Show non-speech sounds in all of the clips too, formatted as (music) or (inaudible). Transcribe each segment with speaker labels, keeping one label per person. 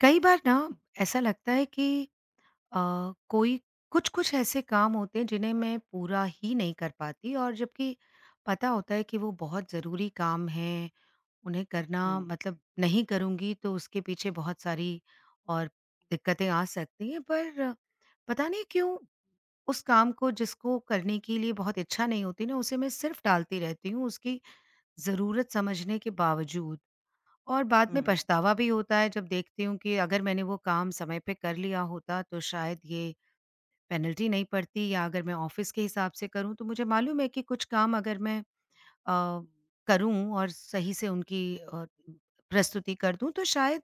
Speaker 1: कई बार ना ऐसा लगता है कि अ, कोई कुछ कुछ ऐसे काम होते हैं जिन्हें मैं पूरा ही नहीं कर पाती और जबकि पता होता है कि वो बहुत ज़रूरी काम है। उन्हें करना
Speaker 2: हुँ,
Speaker 1: मतलब नहीं करूँगी तो उसके पीछे बहुत सारी और दिक्कतें आ सकती हैं, पर पता नहीं क्यों उस काम को जिसको करने के लिए बहुत इच्छा नहीं होती ना, उसे मैं सिर्फ टालती रहती हूँ, उसकी ज़रूरत समझने के बावजूद। और बाद
Speaker 2: हुँ,
Speaker 1: में पछतावा भी होता है जब देखती हूँ कि अगर मैंने वो काम समय पे कर लिया होता तो शायद ये पेनल्टी नहीं पड़ती। या अगर मैं ऑफिस के हिसाब से करूँ तो मुझे मालूम है कि कुछ काम अगर मैं अ, करूँ और सही से उनकी प्रस्तुति कर दूँ तो शायद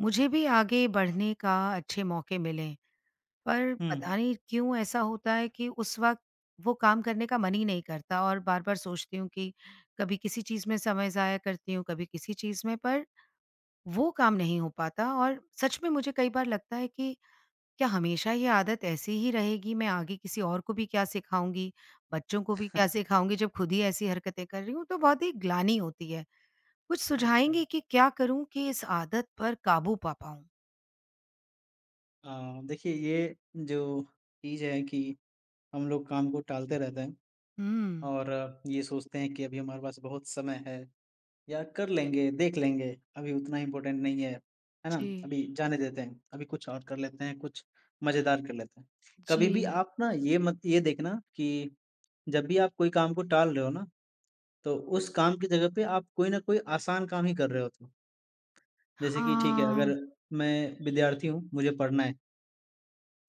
Speaker 1: मुझे भी आगे बढ़ने का अच्छे मौके मिलें। पर
Speaker 2: हुँ।
Speaker 1: पता नहीं क्यों ऐसा होता है कि उस वक़्त वो काम करने का मन ही नहीं करता, और बार-बार सोचती हूँ कि कभी किसी चीज़ में समय ज़ाया करती हूँ, कभी किसी चीज़ में, पर वो काम नहीं हो पाता। और सच में मुझे कई बार लगता है कि क्या हमेशा ये आदत ऐसी ही रहेगी? मैं आगे किसी और को भी क्या सिखाऊँगी, बच्चों को भी क्या
Speaker 2: (laughs)
Speaker 1: सिखाऊँगी जब खुद ही ऐसी हरकतें कर रही हूँ, तो बहुत ही ग्लानि होती है। कुछ
Speaker 2: अच्छा।
Speaker 1: सुझाएँगे कि क्या करूँ कि इस आदत पर काबू पा पाऊँ?
Speaker 2: देखिए ये जो चीज़ है कि हम लोग काम को टालते रहते हैं
Speaker 1: हुँ।
Speaker 2: और ये सोचते हैं कि अभी हमारे पास बहुत समय है या कर लेंगे, देख लेंगे, अभी उतना इम्पोर्टेंट नहीं है, है ना?
Speaker 1: जी,
Speaker 2: अभी जाने देते हैं, अभी कुछ और कर लेते हैं, कुछ मज़ेदार कर लेते हैं। कभी भी
Speaker 1: जी।
Speaker 2: आप ना ये मत ये देखना कि जब भी आप कोई काम को टाल रहे हो ना, तो उस काम की जगह पे आप कोई न कोई आसान काम ही कर रहे होते हो। जैसे कि ठीक है,
Speaker 1: हाँ,
Speaker 2: अगर मैं विद्यार्थी हूँ, मुझे पढ़ना है,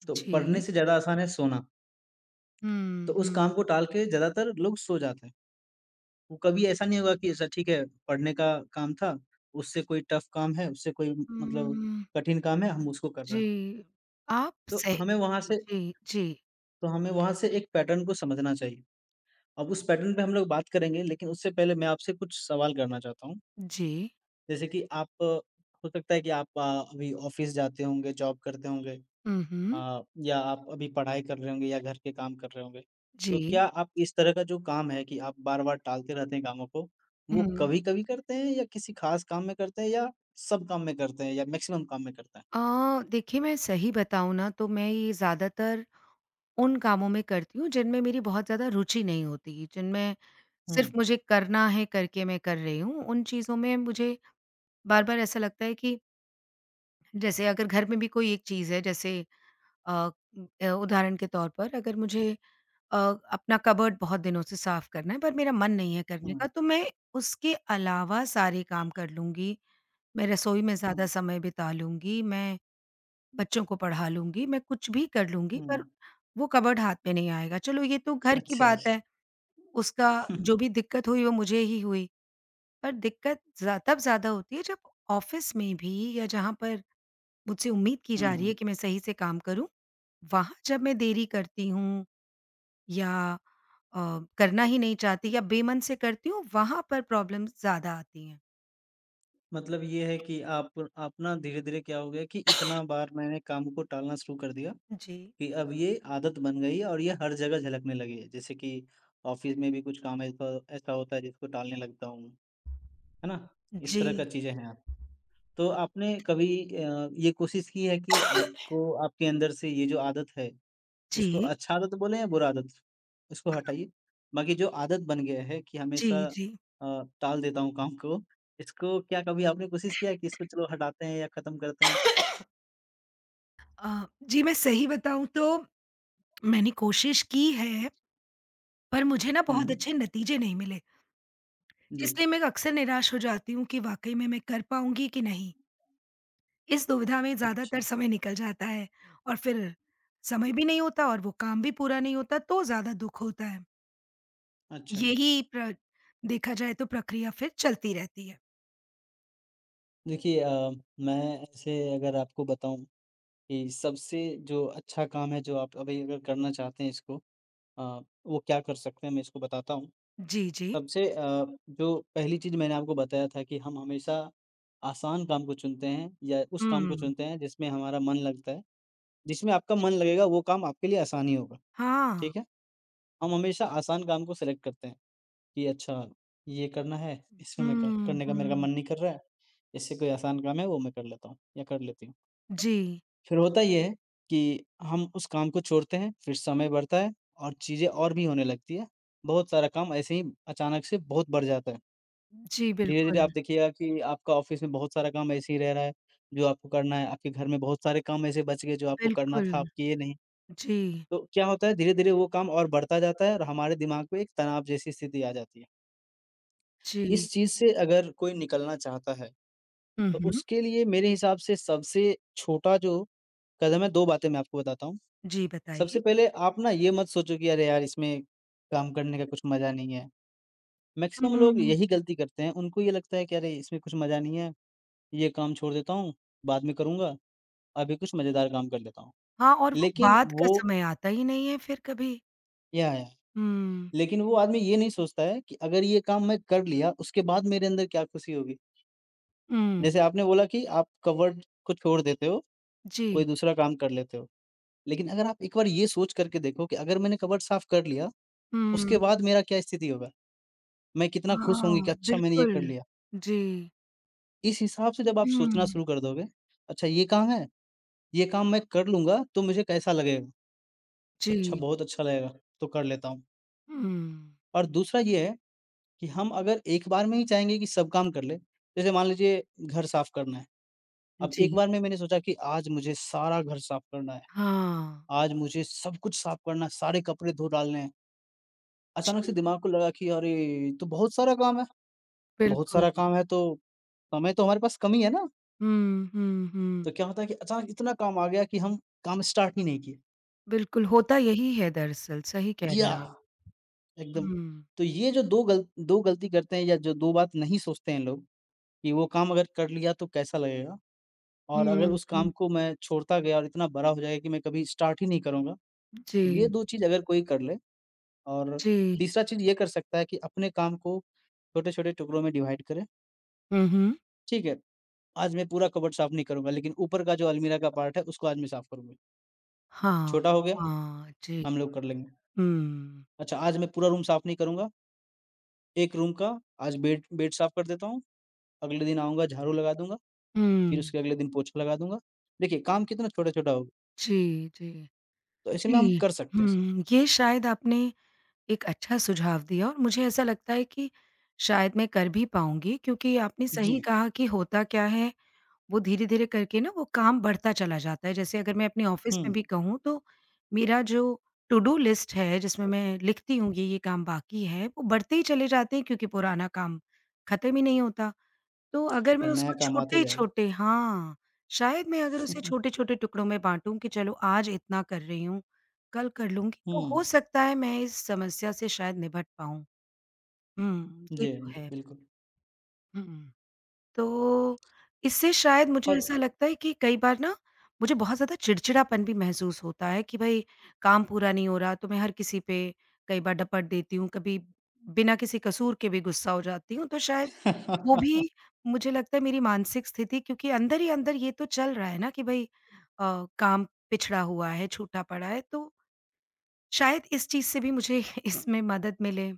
Speaker 2: तो पढ़ने
Speaker 1: जी।
Speaker 2: से ज़्यादा आसान है सोना।
Speaker 1: हुँ,
Speaker 2: तो उस काम
Speaker 1: हुँ।
Speaker 2: को टाल के ज़्यादातर लोग सो जाते हैं। वो कभी ऐसा नहीं होगा कि ऐसा ठीक है, पढ़ने का काम था, उससे कोई टफ़ काम है, उससे कोई मतलब
Speaker 1: हुँ,
Speaker 2: कठिन काम है, हम उसको कर रहे
Speaker 1: जी।
Speaker 2: हैं।
Speaker 1: आप
Speaker 2: तो
Speaker 1: सही
Speaker 2: हमें वहाँ से
Speaker 1: जी, जी,
Speaker 2: तो हमें वहाँ से एक पैटर्न को समझना चाहिए। अब उस पैटर्न पे हम लोग बात करेंगे, लेकिन उससे पहले मैं आपसे कुछ सवाल करना चाहता हूँ।
Speaker 1: जी।
Speaker 2: जैसे कि आप हो सकता है कि आप अभी ऑफ़िस जाते होंगे, जॉब करते होंगे।
Speaker 1: हुँ, हुँ।
Speaker 2: या आप अभी पढ़ाई कर रहे होंगे या घर के काम कर रहे होंगे,
Speaker 1: जी।
Speaker 2: तो क्या आप इस तरह का जो काम है कि आप बार-बार टालते रहते हैं कामों को, वो
Speaker 1: हुँ।
Speaker 2: कभी-कभी करते हैं या किसी ख़ास काम में करते हैं या सब काम में करते हैं या मैक्सिमम काम में करते हैं?
Speaker 1: अ, देखिए मैं सही बताऊँ ना तो मैं ये ज़्यादातर उन कामों में करती हूँ जिनमें मेरी बहुत ज़्यादा रुचि नहीं होती, जिनमें सिर्फ़
Speaker 2: हुँ,
Speaker 1: मुझे करना है करके मैं कर रही हूँ। उन चीज़ों में मुझे बार-बार ऐसा लगता है कि जैसे अगर घर में भी कोई एक चीज़ है, जैसे अ उदाहरण के तौर पर अगर मुझे अ, अपना कबर्ड बहुत दिनों से साफ़ करना है पर मेरा मन नहीं है करने
Speaker 2: हुँ,
Speaker 1: का, तो मैं उसके अलावा सारे काम कर लूँगी। मैं रसोई में
Speaker 2: हुँ,
Speaker 1: ज़्यादा समय बिता लूँगी, मैं बच्चों को पढ़ा लूँगी, मैं कुछ भी कर लूँगी,
Speaker 2: हुँ।
Speaker 1: पर वो कबर्ड हाथ में नहीं आएगा। चलो ये तो घर की
Speaker 2: अच्छा,
Speaker 1: बात है,
Speaker 2: अच्छा।
Speaker 1: उसका जो भी
Speaker 2: (laughs)
Speaker 1: दिक्कत हुई वो मुझे ही हुई। पर दिक्कत ज़्या तब ज़्यादा होती है जब ऑफ़िस में भी या जहाँ पर मुझसे उम्मीद की जा रही
Speaker 2: हुँ,
Speaker 1: है कि मैं सही से काम करूँ, वहाँ जब मैं देरी करती हूँ या करना ही नहीं चाहती या बेमन से करती हूँ, वहाँ पर प्रॉब्लम्स ज़्यादा आती हैं।
Speaker 2: मतलब ये है कि आप ना धीरे-धीरे क्या हो गया कि इतना बार मैंने काम को टालना शुरू कर दिया
Speaker 1: जी,
Speaker 2: कि अब ये आदत बन गई है और ये हर जगह झलकने लगी है। जैसे कि ऑफ़िस में भी कुछ काम ऐसा ऐसा होता है जिसको टालने लगता हूँ। है ना? इस तरह का
Speaker 1: जी,
Speaker 2: चीज़ें हैं। तो आपने कभी ये कोशिश की है कि आपको आपके अंदर से ये जो आदत है, इसको
Speaker 1: जी,
Speaker 2: अच्छा आदत बोलें या बुरा आदत? इसको हटाइए। बाकी जो आदत बन गया है कि
Speaker 1: जी,
Speaker 2: हमेशा
Speaker 1: जी। जी
Speaker 2: अ, टाल देता हूँ काम को, इसको क्या कभी आपने कोशिश किया है कि इसको चलो हटाते हैं या खत्म करते हैं?
Speaker 1: जी मैं सही बताऊँ तो मैंने कोशिश की है, पर मुझे ना
Speaker 2: हुँ,
Speaker 1: बहुत
Speaker 2: हुँ।
Speaker 1: अच्छे नतीजे नहीं मिले,
Speaker 2: जी।
Speaker 1: इसलिए मैं अक्सर निराश हो जाती हूँ कि वाक़ई में मैं कर पाऊँगी कि नहीं। इस दुविधा में
Speaker 2: अच्छा,
Speaker 1: ज़्यादातर समय निकल जाता है, और फिर समय भी नहीं होता और वो काम भी पूरा नहीं होता, तो ज़्यादा दुःख होता है।
Speaker 2: अच्छा।
Speaker 1: यही प्र देखा जाए तो प्रक्रिया फिर चलती रहती है।
Speaker 2: देखिए मैं ऐसे अगर आपको बताऊँ कि सबसे जो अच्छा काम है जो आप अभी अगर करना चाहते हैं इसको अ, वो क्या कर सकते हैं मैं इसको बताता हूँ।
Speaker 1: जी, जी।
Speaker 2: सबसे जो पहली चीज़ मैंने आपको बताया था कि हम हमेशा आसान काम को चुनते हैं या उस काम को
Speaker 1: हुँ।
Speaker 2: चुनते हैं जिसमें हमारा मन लगता है। जिसमें आपका
Speaker 1: जी।
Speaker 2: मन लगेगा वो काम आपके लिए आसान ही होगा,
Speaker 1: हाँ।
Speaker 2: ठीक है? हम हमेशा आसान काम को सेलेक्ट करते हैं कि अच्छा ये करना है इसमें मैं कर
Speaker 1: हुँ,
Speaker 2: करने का मेरे का
Speaker 1: हुँ।
Speaker 2: मन नहीं कर रहा है। इससे कोई आसान काम है वो मैं कर लेता हूँ या कर लेती हूँ।
Speaker 1: जी।
Speaker 2: फिर होता ये है कि हम उस काम को छोड़ते हैं, फिर समय बढ़ता है और चीज़ें और भी होने लगती है। बहुत सारा काम ऐसे ही अचानक से बहुत बढ़ जाता है।
Speaker 1: जी,
Speaker 2: धीरे-धीरे
Speaker 1: बिल्कुल,
Speaker 2: आप देखिएगा कि आपका ऑफ़िस में बहुत सारा काम ऐसे ही रह रहा है, जो आपको करना है। आपके घर में बहुत सारे काम ऐसे बच गए जो आपको करना
Speaker 1: बिल्कुल।
Speaker 2: था, आप किए नहीं।
Speaker 1: जी,
Speaker 2: तो क्या होता है धीरे-धीरे वो काम और बढ़ता जाता है और हमारे दिमाग में एक तनाव जैसी स्थिति आ जाती है।
Speaker 1: जी।
Speaker 2: इस चीज़ से अगर कोई निकलना चाहता है,
Speaker 1: हुँ,
Speaker 2: तो
Speaker 1: हुँ।
Speaker 2: उसके लिए मेरे हिसाब से सबसे छोटा जो कदम है 2 बातें मैं आपको बताता हूँ।
Speaker 1: जी,
Speaker 2: सबसे
Speaker 1: बताइए।
Speaker 2: पहले आप ना ये मत सोचो कि अरे यार इसमें काम करने का कुछ मज़ा नहीं है। मैक्सिमम लोग
Speaker 1: हुँ।
Speaker 2: यही गलती करते हैं, उनको ये लगता है कि अरे इसमें कुछ मज़ा नहीं है, ये काम छोड़ देता हूँ, बाद में करूँगा, अभी कुछ मज़ेदार काम कर लेता हूँ।
Speaker 1: हाँ, और वो
Speaker 2: लेकिन
Speaker 1: बाद का
Speaker 2: वो
Speaker 1: समय आता ही नहीं है फिर कभी।
Speaker 2: या, या
Speaker 1: हुँ,
Speaker 2: लेकिन वो आदमी ये नहीं सोचता है कि अगर ये काम मैं कर लिया उसके बाद मेरे अंदर क्या खुशी होगी।
Speaker 1: हुँ,
Speaker 2: जैसे आपने बोला कि आप कवर्ड को छोड़ देते हो,
Speaker 1: जी,
Speaker 2: कोई दूसरा काम कर लेते हो। लेकिन अगर आप एक बार ये सोच करके देखो कि अगर मैंने कवर्ड साफ़ कर लिया, उसके
Speaker 1: हुँ,
Speaker 2: बाद मेरा क्या स्थिति होगा? मैं कितना खुश होंगी
Speaker 1: हाँ,
Speaker 2: कि अच्छा मैंने ये
Speaker 1: बिल्कुल।
Speaker 2: कर लिया।
Speaker 1: जी,
Speaker 2: इस हिसाब से जब आप सोचना
Speaker 1: हुँ,
Speaker 2: शुरू कर दोगे, अच्छा ये काम है, ये काम मैं कर लूँगा तो मुझे कैसा लगेगा? अच्छा
Speaker 1: जी,
Speaker 2: बहुत अच्छा लगेगा, तो कर लेता हूँ।
Speaker 1: हुँ,
Speaker 2: और दूसरा ये है कि हम अगर एक बार में ही चाहेंगे कि सब काम कर लें, जैसे मान लीजिए घर साफ करना है, अब
Speaker 1: जी,
Speaker 2: एक बार में मैंने सोचा कि आज मुझे सारा घर साफ करना है,
Speaker 1: हाँ,
Speaker 2: आज मुझे सब कुछ साफ करना है, सारे कपड़े धो डालने हैं। अचानक से
Speaker 1: जी,
Speaker 2: दिमाग को लगा कि अरे! ये तो बहुत सारा काम है, बहुत
Speaker 1: बिल्कुल।
Speaker 2: सारा काम है तो समय तो हमारे पास कम ही है ना।
Speaker 1: हुँ, हुँ, हुँ,
Speaker 2: तो क्या होता है कि अचानक इतना काम आ गया कि हम काम स्टार्ट ही नहीं किए।
Speaker 1: बिल्कुल होता यही है दरअसल, सही कह रहे
Speaker 2: किया
Speaker 1: हैं आप।
Speaker 2: एकदम।
Speaker 1: हुँ,
Speaker 2: तो ये जो 2 गलती करते हैं या जो 2 बात नहीं सोचते हैं लोग कि वो काम अगर कर लिया तो कैसा लगेगा और
Speaker 1: हुँ,
Speaker 2: अगर उस
Speaker 1: हुँ,
Speaker 2: काम को मैं छोड़ता गया और इतना बड़ा हो जाएगा कि मैं कभी स्टार्ट ही नहीं करूँगा। ये
Speaker 1: जी,
Speaker 2: 2 चीज़ अगर कोई कर ले और
Speaker 1: जी,
Speaker 2: तीसरा चीज़ ये कर सकता है कि अपने काम को छोटे-छोटे टुकड़ों में डिवाइड करें।
Speaker 1: हुँ, हुँ,
Speaker 2: ठीक है, आज मैं पूरा कबर्ड साफ नहीं करूँगा लेकिन ऊपर का जो अलमीरा का पार्ट है उसको आज मैं साफ करूँगा।
Speaker 1: हाँ,
Speaker 2: छोटा हो गया,
Speaker 1: हाँ, जी,
Speaker 2: हम लोग कर लेंगे।
Speaker 1: हुँ,
Speaker 2: अच्छा आज मैं पूरा रूम साफ नहीं करूँगा, एक रूम का आज बेड बेड साफ कर देता हूँ, अगले दिन आऊँगा झाड़ू लगा दूँगा, फिर
Speaker 1: हुँ,
Speaker 2: उसके अगले दिन पोछा लगा दूँगा। देखिए काम कितना छोटा-छोटा होगा,
Speaker 1: जी, जी।
Speaker 2: तो ऐसे में हम
Speaker 1: जी।
Speaker 2: कर सकते हैं इसको।
Speaker 1: हुँ, ये शायद आपने एक अच्छा सुझाव दिया और मुझे ऐसा लगता है कि शायद मैं कर भी पाऊँगी, क्योंकि आपने सही
Speaker 2: जी।
Speaker 1: कहा कि होता क्या है, वो धीरे-धीरे करके ना वो काम बढ़ता चला जाता है। जैसे अगर मैं अपने ऑफ़िस
Speaker 2: हुँ,
Speaker 1: में भी कहूँ तो मेरा जो टू डू लिस्ट है जिसमें मैं लिखती हूँ ये काम बाकी है, वो बढ़ते ही चले जाते हैं क्योंकि पुराना काम खत्म ही नहीं होता। तो अगर
Speaker 2: और
Speaker 1: मैं
Speaker 2: नया
Speaker 1: उसको
Speaker 2: काम आते जाएगा।
Speaker 1: छोटे-छोटे, हाँ, शायद मैं अगर उसे
Speaker 2: (laughs)
Speaker 1: छोटे-छोटे टुकड़ों में बाँटूँ कि चलो आज इतना कर रही हूँ, कल कर लूँगी,
Speaker 2: हुँ,
Speaker 1: तो हो सकता है मैं इस समस्या से शायद निपट पाऊँ। हुँ, ये
Speaker 2: जी,
Speaker 1: तो है।
Speaker 2: बिल्कुल।
Speaker 1: हुँ। तो इससे शायद मुझे
Speaker 2: और
Speaker 1: ऐसा लगता है कि कई बार ना मुझे बहुत ज़्यादा चिड़चिड़ापन भी महसूस होता है कि भई काम पूरा नहीं हो रहा, तो मैं हर किसी पे कई बार डपट देती हूँ, कभी बिना किसी कसूर के भी गुस्सा हो जाती हूँ, तो शायद वो
Speaker 2: (laughs)
Speaker 1: भी, मुझे लगता है, मेरी मानसिक स्थिति क्योंकि अंदर ही अंदर ये तो चल रहा है ना कि भई काम पिछड़ा हुआ है, छूटा पड़ा है, तो शायद इस चीज़ से भी मुझे (laughs) इसमें मदद मिले।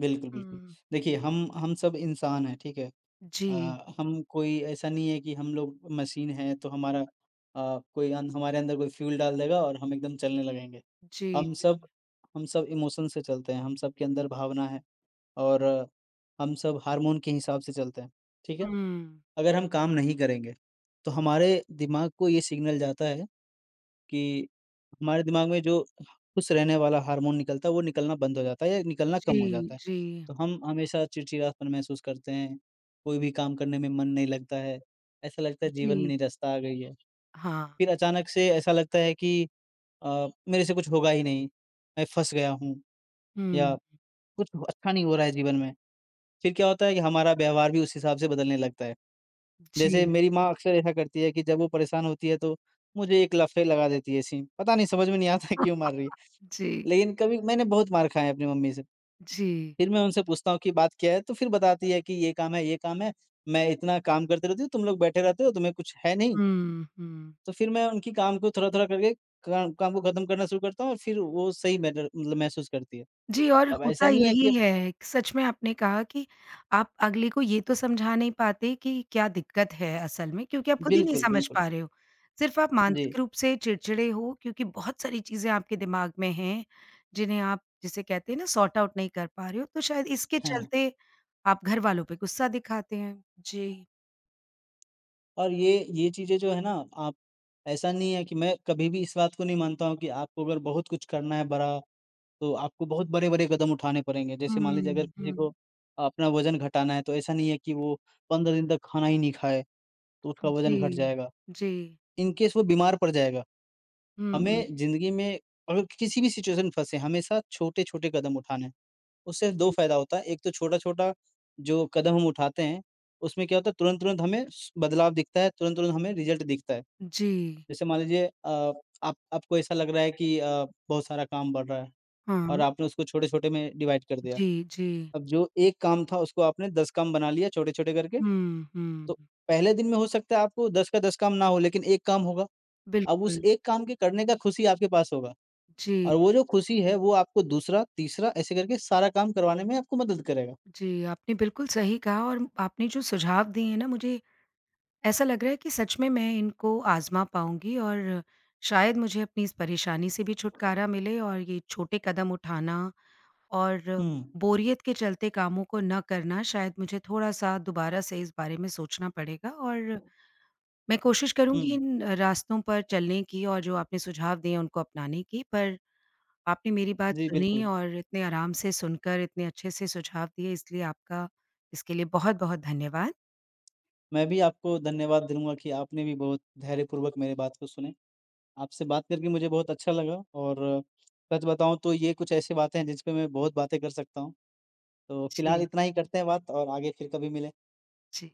Speaker 2: बिल्कुल, बिल्कुल।
Speaker 1: हुँ।
Speaker 2: देखिए हम सब इंसान हैं, ठीक है?
Speaker 1: जी,
Speaker 2: हम कोई ऐसा नहीं है कि हम लोग मशीन हैं तो हमारा कोई अन हमारे अंदर कोई फ्यूल डाल देगा और हम एकदम चलने लगेंगे।
Speaker 1: जी,
Speaker 2: हम
Speaker 1: जी।
Speaker 2: सब हम सब इमोशन से चलते हैं, हम सब के अंदर भावना है और हम सब हार्मोन के हिसाब से चलते हैं, ठीक है?
Speaker 1: हुँ।
Speaker 2: अगर हम काम नहीं करेंगे, तो हमारे दिमाग को ये सिग्नल जाता है कि हमारे दिमाग में जो खुश रहने वाला हार्मोन निकलता है, वो निकलना बंद हो जाता है या निकलना कम
Speaker 1: जी,
Speaker 2: हो जाता है।
Speaker 1: जी,
Speaker 2: तो हम हमेशा चिड़चिड़ापन महसूस करते हैं, कोई भी काम करने में मन नहीं लगता है, ऐसा लगता है जीवन में
Speaker 1: जी।
Speaker 2: निराशा आ गई है।
Speaker 1: हाँ।
Speaker 2: फिर अचानक से ऐसा लगता है कि मेरे से कुछ होगा ही नहीं, मैं फँस गया हूँ या
Speaker 1: हुँ,
Speaker 2: कुछ अच्छा नहीं हो रहा है जीवन में। फिर क्या होता है कि हमारा व्यवहार भी उस हिसाब से बदलने लगता है। जैसे
Speaker 1: जी।
Speaker 2: मेरी माँ अक्सर ऐसा करती है कि जब वो परेशान होती है तो मुझे एक लफ़े लगा देती है ऐसी, पता नहीं समझ में नहीं आता है क्यों मार रही है।
Speaker 1: (laughs) जी,
Speaker 2: लेकिन कभी मैंने बहुत मार खाया है अपनी मम्मी से।
Speaker 1: जी।
Speaker 2: फिर मैं उनसे पूछता हूँ कि बात क्या है? तो फिर बताती है कि ये काम है, मैं इतना काम करती रहती हूँ, तुम लोग बैठे रहते हो, तुम्हें कुछ है नहीं।
Speaker 1: हुँ, हुँ।
Speaker 2: तो फिर मैं उनकी काम को थोड़ा-थोड़ा करके काम काम को खत्म करना शुरू करता हूँ और फिर वो सही मैटर मतलब महसूस करती है।
Speaker 1: जी, और
Speaker 2: तब
Speaker 1: होता
Speaker 2: ऐसा नहीं है कि
Speaker 1: यही
Speaker 2: अब
Speaker 1: है। सच में आपने कहा कि आप अगले को ये तो समझा नहीं पाते कि क्या दिक्कत है असल में, क्योंकि आप खुद ही नहीं
Speaker 2: बिल्कुल,
Speaker 1: समझ
Speaker 2: बिल्कुल।
Speaker 1: पा रहे हो। सिर्फ़ आप मानसिक
Speaker 2: जी,
Speaker 1: रूप से चिड़चिड़े हो क्योंकि बहुत सारी चीज़ें आपके दिमाग में हैं, जिन्हें आप, जिसे कहते हैं ना, सॉर्ट आउट नहीं कर पा रहे हो, तो शायद इसके
Speaker 2: हाँ।
Speaker 1: चलते आप घर वालों पे गुस्सा दिखाते हैं। जी।
Speaker 2: और ये चीज़ें जो है ना आप ऐसा नहीं है कि मैं कभी भी इस बात को नहीं मानता हूँ कि आपको अगर बहुत कुछ करना है बड़ा तो आपको बहुत बड़े-बड़े कदम उठाने पड़ेंगे। जैसे मान लीजिए अगर
Speaker 1: हुँ,
Speaker 2: किसी को
Speaker 1: हुँ।
Speaker 2: अपना वज़न घटाना है, तो ऐसा नहीं है कि वो 15 दिन तक खाना ही नहीं खाए, तो उसका
Speaker 1: जी,
Speaker 2: वज़न घट जाएगा।
Speaker 1: जी।
Speaker 2: इन केस वो बीमार पड़ जाएगा।
Speaker 1: हुँ,
Speaker 2: हमें ज़िंदगी में अगर किसी भी सिचुएशन में फँसे, हमेशा छोटे-छोटे कदम उठाने हैं। उससे 2
Speaker 1: जी।
Speaker 2: फ़ायदा होता है, एक तो छोटा-छोटा जो कदम हम उठाते हैं, उसमें क्या होता है तुरंत-तुरंत हमें स बदलाव दिखता है, तुरंत-तुरंत हमें रिज़ल्ट दिखता है।
Speaker 1: जी,
Speaker 2: जैसे मान लीजिए आप आपको ऐसा लग रहा है कि बहुत सारा काम बढ़ रहा है और
Speaker 1: हाँ।
Speaker 2: आपने उसको छोटे-छोटे में डिवाइड कर दिया।
Speaker 1: जी, जी।
Speaker 2: अब जो एक काम था उसको आपने 10 काम बना लिया छोटे-छोटे करके,
Speaker 1: हुँ,
Speaker 2: तो
Speaker 1: हुँ।
Speaker 2: पहले दिन में हो सकता है आपको 10 का 10 काम ना हो लेकिन 1 काम होगा। अब उस
Speaker 1: बिल्कुल।
Speaker 2: 1 काम के करने का खुशी आपके पास होगा और
Speaker 1: जी,
Speaker 2: वो जो खुशी है वो आपको दूसरा, तीसरा ऐसे करके सारा काम करवाने में आपको मदद करेगा।
Speaker 1: जी, आपने बिल्कुल सही कहा, और आपने जो सुझाव दिए हैं ना, मुझे ऐसा लग रहा है कि सच में मैं इनको आज़मा पाऊँगी और शायद मुझे अपनी इस परेशानी से भी छुटकारा मिले। और ये छोटे कदम उठाना और
Speaker 2: हुँ,
Speaker 1: बोरियत के चलते कामों को ना करना, शायद मुझे थोड़ा-सा दोबारा से इस बारे में सोचना पड़ेगा। और मैं कोशिश करूँगी
Speaker 2: हुँ।
Speaker 1: इन रास्तों पर चलने की और जो आपने सुझाव दिए हैं उनको अपनाने की। पर आपने मेरी बात
Speaker 2: जी,
Speaker 1: सुनी
Speaker 2: बिल्कुल।
Speaker 1: और इतने आराम से सुनकर इतने अच्छे से सुझाव दिए, इसलिए आपका इसके लिए बहुत-बहुत धन्यवाद।
Speaker 2: मैं भी आपको धन्यवाद दूँगा कि आपने भी बहुत धैर्यपूर्वक मेरी बात को सुने। आपसे बात करके मुझे बहुत अच्छा लगा और सच बताऊँ तो ये कुछ ऐसी बातें हैं जिस पे मैं बहुत बातें कर सकता हूँ। तो फिलहाल
Speaker 1: जी,
Speaker 2: इतना ही करते हैं बात और आगे फिर कभी मिलें।
Speaker 1: जी।